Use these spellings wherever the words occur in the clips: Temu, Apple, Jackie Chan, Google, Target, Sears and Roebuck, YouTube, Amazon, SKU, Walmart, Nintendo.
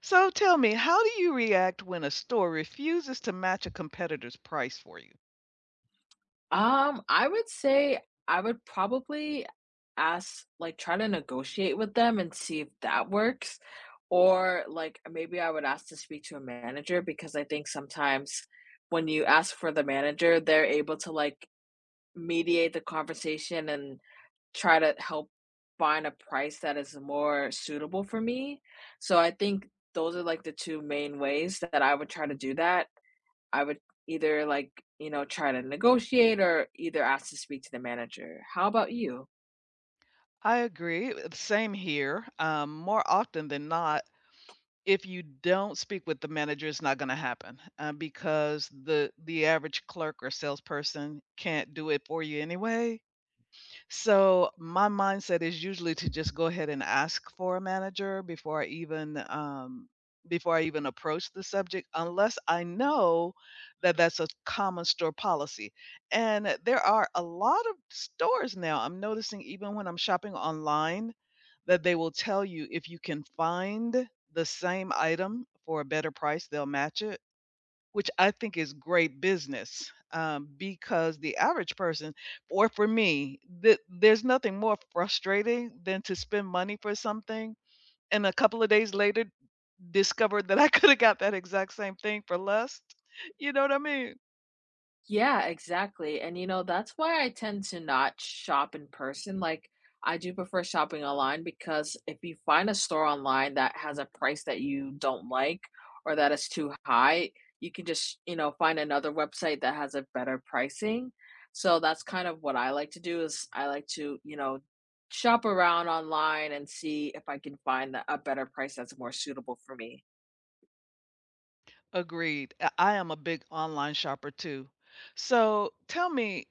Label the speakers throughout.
Speaker 1: So tell me, how do you react when a store refuses to match a competitor's price for you?
Speaker 2: I would say I would probably ask like try to negotiate with them and see if that works. Or like maybe I would ask to speak to a manager because I think sometimes when you ask for the manager, they're able to like mediate the conversation and try to help find a price that is more suitable for me. So I think those are like the two main ways that I would try to do that. I would either, like, you know, try to negotiate or either ask to speak to the manager. How about you?
Speaker 1: I agree. Same here. More often than not, if you don't speak with the manager, it's not going to happen because the average clerk or salesperson can't do it for you anyway. So my mindset is usually to just go ahead and ask for a manager before I even approach the subject, unless I know that that's a common store policy. And there are a lot of stores now. I'm noticing even when I'm shopping online that they will tell you if you can find the same item for a better price, they'll match it, which I think is great business, because the average person, or for me, there's nothing more frustrating than to spend money for something and a couple of days later discover that I coulda got that exact same thing for less. You know what I mean?
Speaker 2: Yeah, exactly. And you know, that's why I tend to not shop in person. Like, I do prefer shopping online because if you find a store online that has a price that you don't like or that is too high, you can just, you know, find another website that has a better pricing. So that's kind of what I like to do is I like to, you know, shop around online and see if I can find a better price that's more suitable for me.
Speaker 1: Agreed. I am a big online shopper too. So, tell me,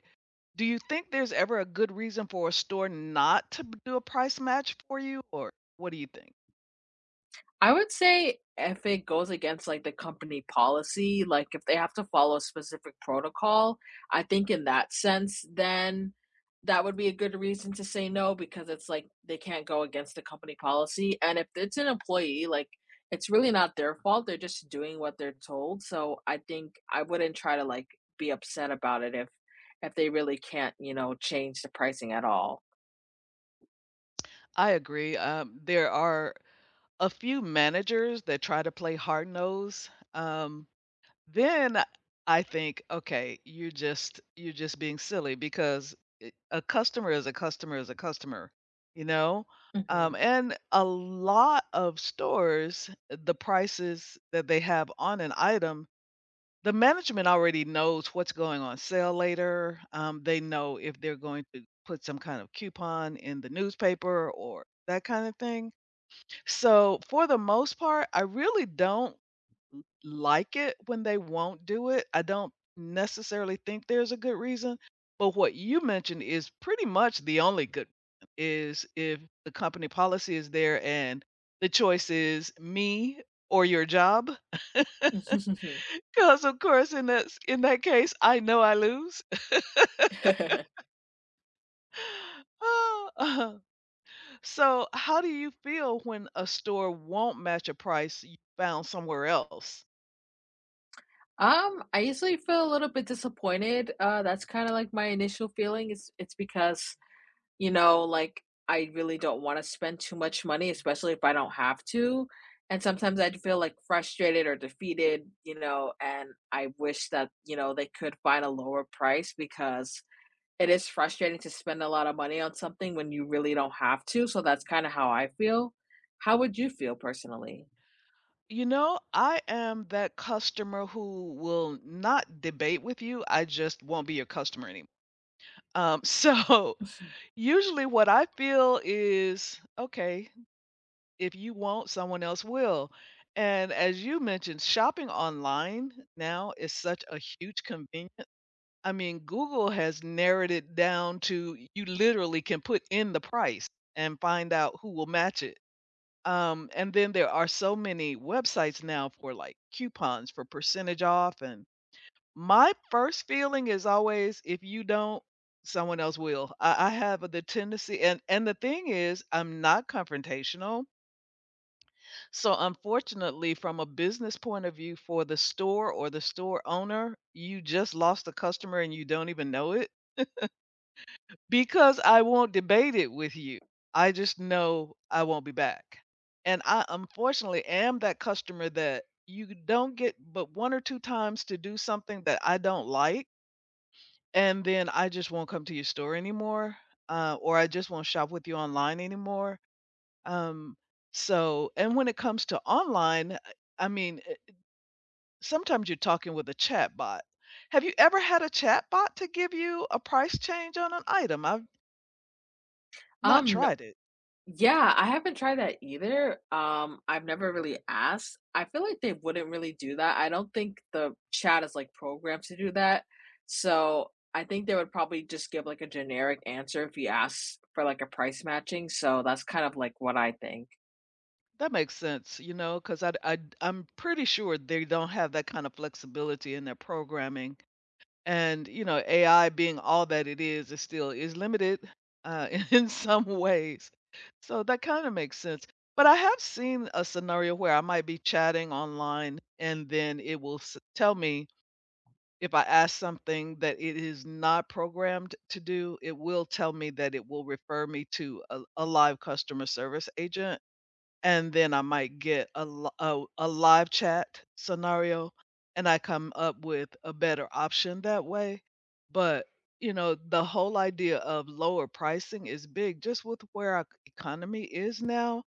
Speaker 1: do you think there's ever a good reason for a store not to do a price match for you, or what do you think?
Speaker 2: I would say if it goes against, like, the company policy, like, if they have to follow a specific protocol, I think in that sense, then that would be a good reason to say no because it's like they can't go against the company policy, and if it's an employee, like, it's really not their fault, they're just doing what they're told, so I think I wouldn't try to, like, be upset about it if they really can't, you know, change the pricing at all.
Speaker 1: I agree, there are a few managers that try to play hard-nosed, then I think, "Okay, you're just being silly because a customer is a customer is a customer," you know?
Speaker 2: Mhm.
Speaker 1: And a lot of stores, the prices that they have on an item, the management already knows what's going on sale later. They know if they're going to put some kind of coupon in the newspaper or that kinda thing, so, for the most part, I really don't like it when they won't do it. I don't necessarily think there's a good reason, but what you mentioned is pretty much the only good reason, is if the company policy is there and the choice is me or your job. Because of course in that case, I know I lose. Oh, so how do you feel when a store won't match a price you found somewhere else?
Speaker 2: I usually feel a little bit disappointed, that's kinda like my initial feeling, it's because you know, like, I really don't wanna spend too much money, especially if I don't have to, and sometimes I'd feel, like, frustrated or defeated, you know, and I wish that, you know, they could find a lower price because it is frustrating to spend a lot of money on something when you really don't have to, so that's kinda how I feel. How would you feel personally?
Speaker 1: You know, I am that customer who will not debate with you. I just won't be your customer anymore. Um, so Usually what I feel is, okay, if you won't, someone else will. And as you mentioned, shopping online now is such a huge convenience. I mean, Google has narrowed it down to you literally can put in the price and find out who will match it. And then there are so many websites now for like coupons for percentage off. And my first feeling is always, if you don't, someone else will. I have the tendency, and the thing is, I'm not confrontational. So unfortunately, from a business point of view, for the store or the store owner, you just lost a customer and you don't even know it. Because I won't debate it with you. I just know I won't be back. And I unfortunately am that customer that you don't get but 1 or 2 times to do something that I don't like, and then I just won't come to your store anymore, or I just won't shop with you online anymore. Um, and when it comes to online, I mean, sometimes you're talking with a chat bot. Have you ever had a chat bot to give you a price change on an item? I've not
Speaker 2: Um,
Speaker 1: tried it.
Speaker 2: Yeah, I haven't tried that either. I've never really asked. I feel like they wouldn't really do that. I don't think the chat is like programmed to do that. So I think they would probably just give like a generic answer if you ask for like a price matching. So that's kind of like what I think.
Speaker 1: That makes sense, you know, because I'm pretty sure they don't have that kind of flexibility in their programming, and, you know, AI being all that it is, it still is limited, in some ways. So that kinda makes sense, but I have seen a scenario where I might be chatting online, and then it will s tell me if I ask something that it is not programmed to do, it will tell me that it will refer me to a live customer service agent. And then I might get a li a live chat scenario, and I come up with a better option that way, but, you know, the whole idea of lower pricing is big just with where our economy is now.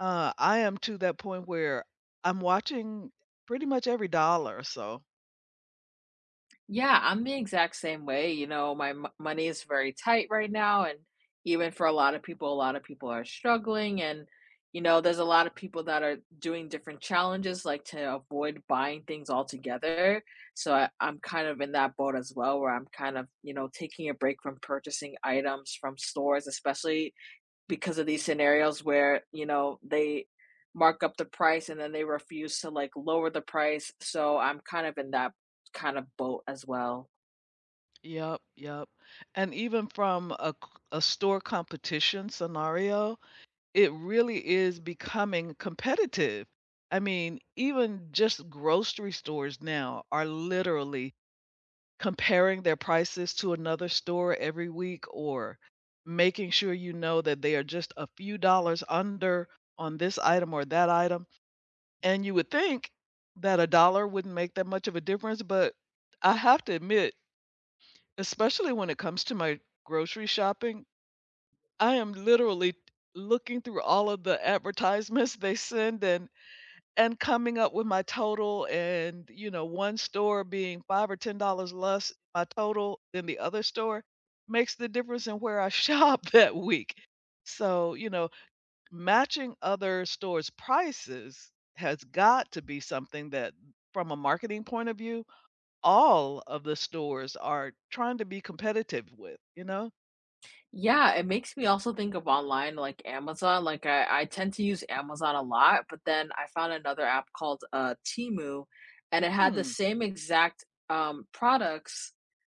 Speaker 1: I am to that point where I'm watching pretty much every dollar, so.
Speaker 2: Yeah, I'm the exact same way. You know, money is very tight right now. And even for a lot of people, a lot of people are struggling. And, you know, there's a lot of people that are doing different challenges, like to avoid buying things altogether. So I'm kind of in that boat as well, where I'm kind of, you know, taking a break from purchasing items from stores, especially because of these scenarios where, you know, they mark up the price and then they refuse to, like, lower the price, so I'm kind of in that kind of boat as well.
Speaker 1: Yep, yep, and even from a store competition scenario, it really is becoming competitive. I mean, even just grocery stores now are literally comparing their prices to another store every week or making sure you know that they are just a few dollars under on this item or that item. And you would think that a dollar wouldn't make that much of a difference, but I have to admit, especially when it comes to my grocery shopping, I am literally looking through all of the advertisements they send, and coming up with my total and, you know, one store being 5 or $10 less my total than the other store makes the difference in where I shop that week. So, you know, matching other stores' prices has got to be something that, from a marketing point of view, all of the stores are trying to be competitive with, you know?
Speaker 2: Yeah, it makes me also think of online, like Amazon, like, I tend to use Amazon a lot, but then I found another app called, Temu, and it had the
Speaker 1: Hmm.
Speaker 2: same exact, products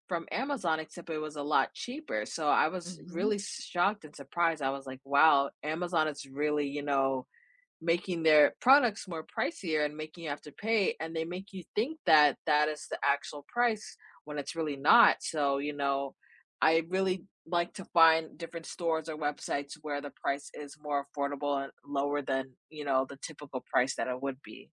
Speaker 2: from Amazon, except it was a lot cheaper, so I was
Speaker 1: Mhm.
Speaker 2: really shocked and surprised, I was like, "Wow, Amazon is really, you know" making their products more pricier and making you have to pay and they make you think that that is the actual price when it's really not. So you know, I really like to find different stores or websites where the price is more affordable and lower than, you know, the typical price that it would be.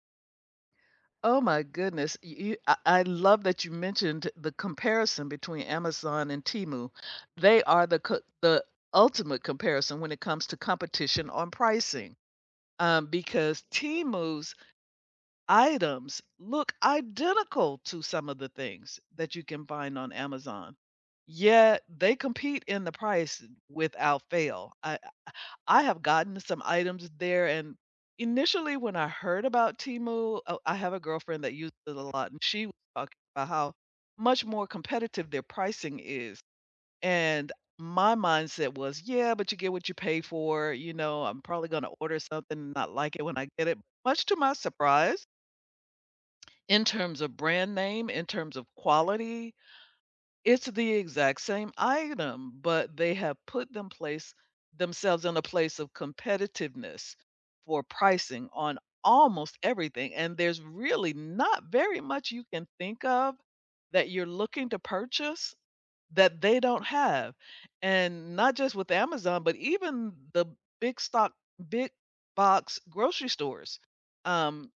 Speaker 1: Oh my goodness. I love that you mentioned the comparison between Amazon and Temu. They are the ultimate comparison when it comes to competition on pricing. Because Temu's items look identical to some of the things that you can find on Amazon. Yet they compete in the price without fail. I have gotten some items there, and initially, when I heard about Temu, oh, I have a girlfriend that uses it a lot, and she was talking about how much more competitive their pricing is, and my mindset was, "Yeah, but you get what you pay for," you know, "I'm probably gonna order something and not like it when I get it." Much to my surprise, in terms of brand name, in terms of quality, it's the exact same item, but they have put them place themselves in a place of competitiveness for pricing on almost everything, and there's really not very much you can think of that you're looking to purchase that they don't have. And not just with Amazon, but even the big stock big box grocery stores, um,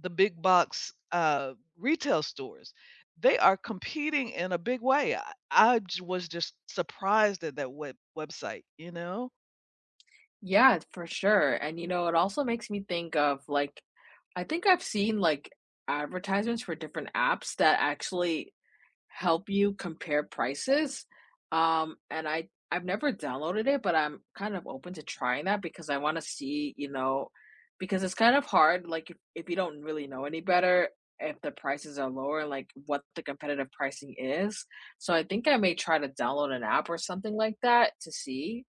Speaker 1: the big box, retail stores. They are competing in a big way. I j was just surprised at that website, you know?
Speaker 2: Yeah, for sure. And you know, it also makes me think of like I think I've seen like advertisements for different apps that actually help you compare prices. And I've never downloaded it, but I'm kind of open to trying that because I want to see, you know, because it's kind of hard. Like if you don't really know any better, if the prices are lower, like what the competitive pricing is. So I think I may try to download an app or something like that to see.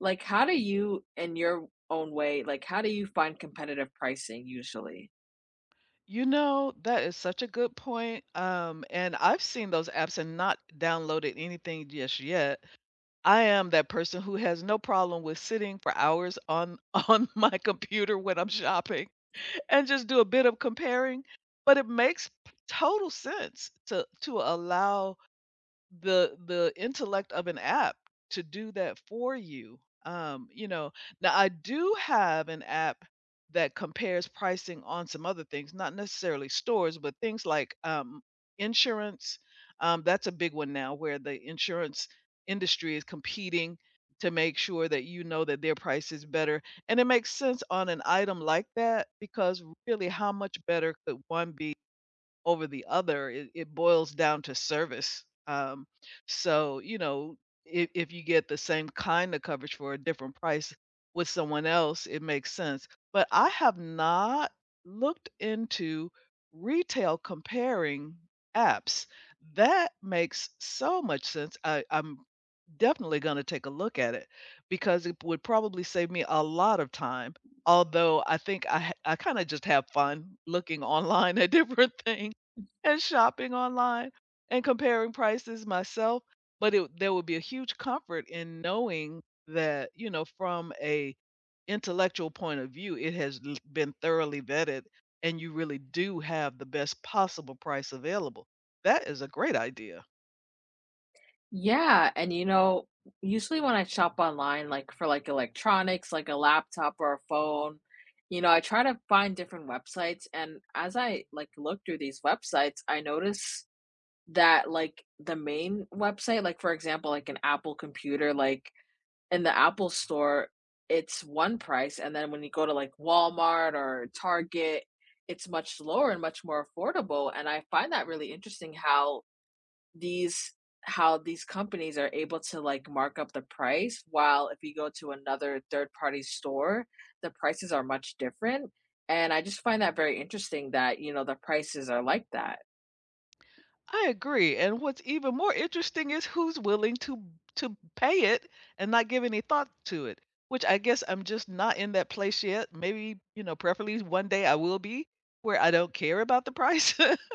Speaker 2: Like, how do you, in your own way, like how do you find competitive pricing usually?
Speaker 1: You know, that is such a good point, and I've seen those apps and not downloaded anything just yet. I am that person who has no problem with sitting for hours on on my computer when I'm shopping and just do a bit of comparing, but it makes p total sense to allow the intellect of an app to do that for you. You know, now I do have an app that compares pricing on some other things, not necessarily stores, but things like, insurance. That's a big one now where the insurance industry is competing to make sure that you know that their price is better. And it makes sense on an item like that because, really, how much better could one be over the other? It boils down to service. So, you know, if you get the same kind of coverage for a different price with someone else, it makes sense. But I have not looked into retail comparing apps. That makes so much sense. I'm definitely gonna take a look at it because it would probably save me a lot of time, although I think I kinda just have fun looking online at different things and shopping online and comparing prices myself, but it there would be a huge comfort in knowing that, you know, from a intellectual point of view, it has l been thoroughly vetted and you really do have the best possible price available. That is a great idea.
Speaker 2: Yeah, and you know, usually when I shop online, like for like electronics, like a laptop or a phone, you know, I try to find different websites. And as I like look through these websites, I notice that like the main website, like for example, like an Apple computer, like in the Apple store, it's one price. And then when you go to like Walmart or Target, it's much lower and much more affordable. And I find that really interesting these how these companies are able to, like, mark up the price, while if you go to another third-party store, the prices are much different, and I just find that very interesting that, you know, the prices are like that.
Speaker 1: I agree, and what's even more interesting is who's willing to pay it and not give any thought to it, which I guess I'm just not in that place yet. Maybe, you know, preferably one day I will be where I don't care about the price.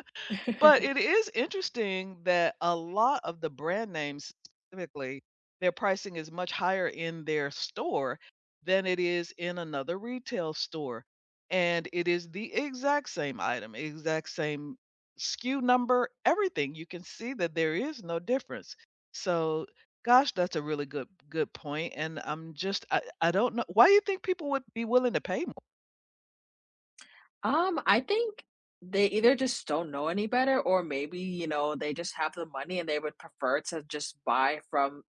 Speaker 1: But it is interesting that a lot of the brand names specifically, their pricing is much higher in their store than it is in another retail store, and it is the exact same item, exact same SKU number, everything. You can see that there is no difference. So, gosh, that's a really good point. And I'm just I don't know, why do you think people would be willing to pay?
Speaker 2: I think they either just don't know any better or maybe, you know, they just have the money and they would prefer to just buy from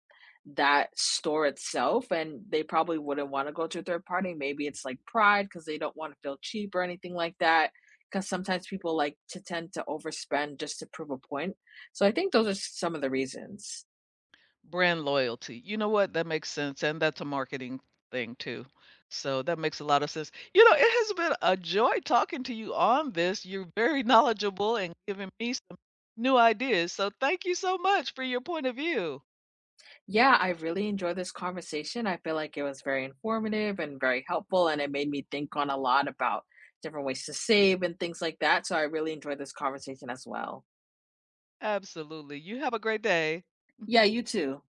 Speaker 2: that store itself and they probably wouldn't wanna go to a third party. Maybe it's, like, pride because they don't wanna feel cheap or anything like that. Because sometimes people like to tend to overspend just to prove a point. So I think those are some of the reasons.
Speaker 1: Brand loyalty. You know what? That makes sense, and that's a marketing thing too. So that makes a lot of sense. You know, it has been a joy talking to you on this. You're very knowledgeable and giving me some new ideas. So thank you so much for your point of view.
Speaker 2: Yeah, I really enjoyed this conversation. I feel like it was very informative and very helpful, and it made me think on a lot about different ways to save and things like that, so I really enjoyed this conversation as well.
Speaker 1: Absolutely. You have a great day.
Speaker 2: Yeah, you too.